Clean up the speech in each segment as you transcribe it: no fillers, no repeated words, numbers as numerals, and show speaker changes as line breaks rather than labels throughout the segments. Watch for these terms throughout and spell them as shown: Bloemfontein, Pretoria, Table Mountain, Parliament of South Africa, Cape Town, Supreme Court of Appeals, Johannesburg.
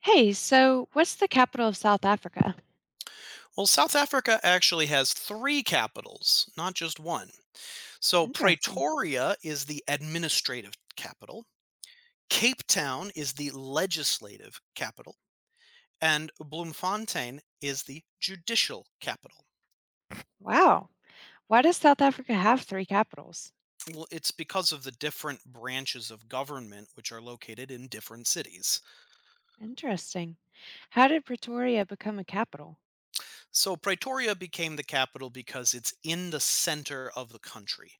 Hey, so what's the capital of South Africa?
Well, South Africa actually has three capitals, not just one. So
Interesting.
Pretoria is the administrative capital, Cape Town is the legislative capital, and Bloemfontein is the judicial capital.
Wow. Why does South Africa have three capitals?
Well, it's because of the different branches of government which are located in different cities.
Interesting. How did Pretoria become a capital?
So Pretoria became the capital because it's in the center of the country.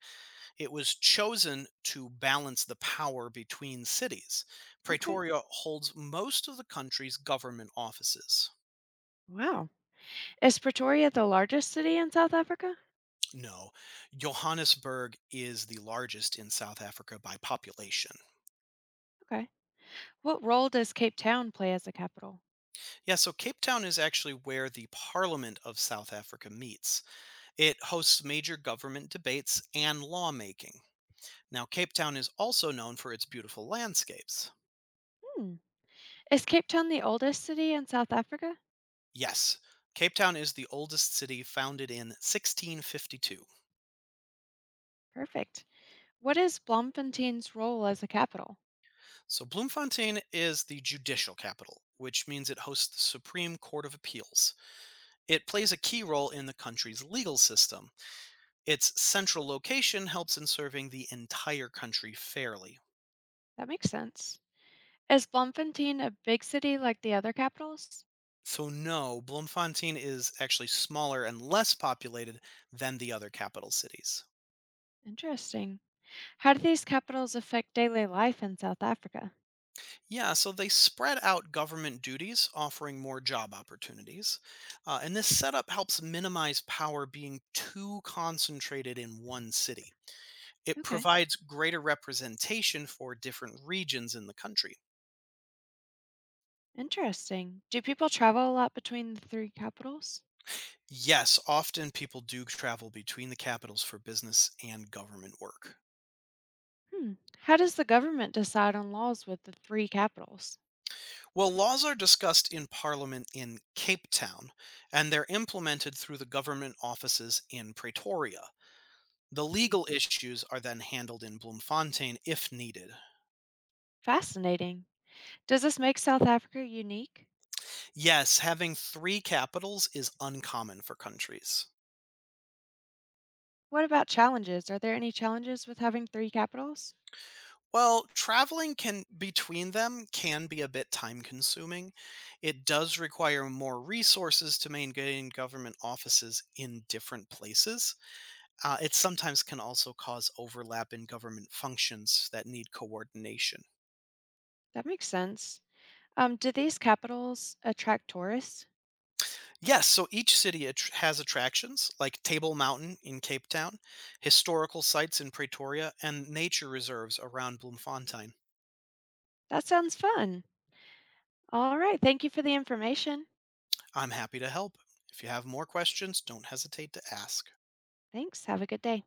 It was chosen to balance the power between cities.
Okay.
Pretoria holds most of the country's government offices.
Wow. Is Pretoria the largest city in South Africa?
No, Johannesburg is the largest in South Africa by population.
Okay. What role does Cape Town play as a capital?
Yeah, so Cape Town is actually where the Parliament of South Africa meets. It hosts major government debates and lawmaking. Now, Cape Town is also known for its beautiful landscapes.
Hmm. Is Cape Town the oldest city in South Africa?
Yes, Cape Town is the oldest city, founded in 1652.
Perfect. What is Bloemfontein's role as a capital?
So Bloemfontein is the judicial capital, which means it hosts the Supreme Court of Appeals. It plays a key role in the country's legal system. Its central location helps in serving the entire country fairly.
That makes sense. Is Bloemfontein a big city like the other capitals?
So, no, Bloemfontein is actually smaller and less populated than the other capital cities.
Interesting. How do these capitals affect daily life in South Africa?
Yeah, so they spread out government duties, offering more job opportunities. And this setup helps minimize power being too concentrated in one city. It
Okay,
provides greater representation for different regions in the country.
interesting. Do people travel a lot between the three capitals?
Yes, often people do travel between the capitals for business and government work.
Hmm. How does the government decide on laws with the three capitals?
Well, laws are discussed in Parliament in Cape Town, and they're implemented through the government offices in Pretoria. The
Hmm,
legal issues are then handled in Bloemfontein if needed.
fascinating. Does this make South Africa unique?
Yes, having three capitals is uncommon for countries.
What about challenges? Are there any challenges with having three capitals?
Well, traveling can between them can be a bit time consuming. It does require more resources to maintain government offices in different places. It sometimes can also cause overlap in government functions that need coordination.
That makes sense. Do these capitals attract tourists?
Yes, so each city has attractions like Table Mountain in Cape Town, historical sites in Pretoria, and nature reserves around Bloemfontein.
That sounds fun. All right. Thank you for the information.
I'm happy to help. If you have more questions, don't hesitate to ask.
Thanks. Have a good day.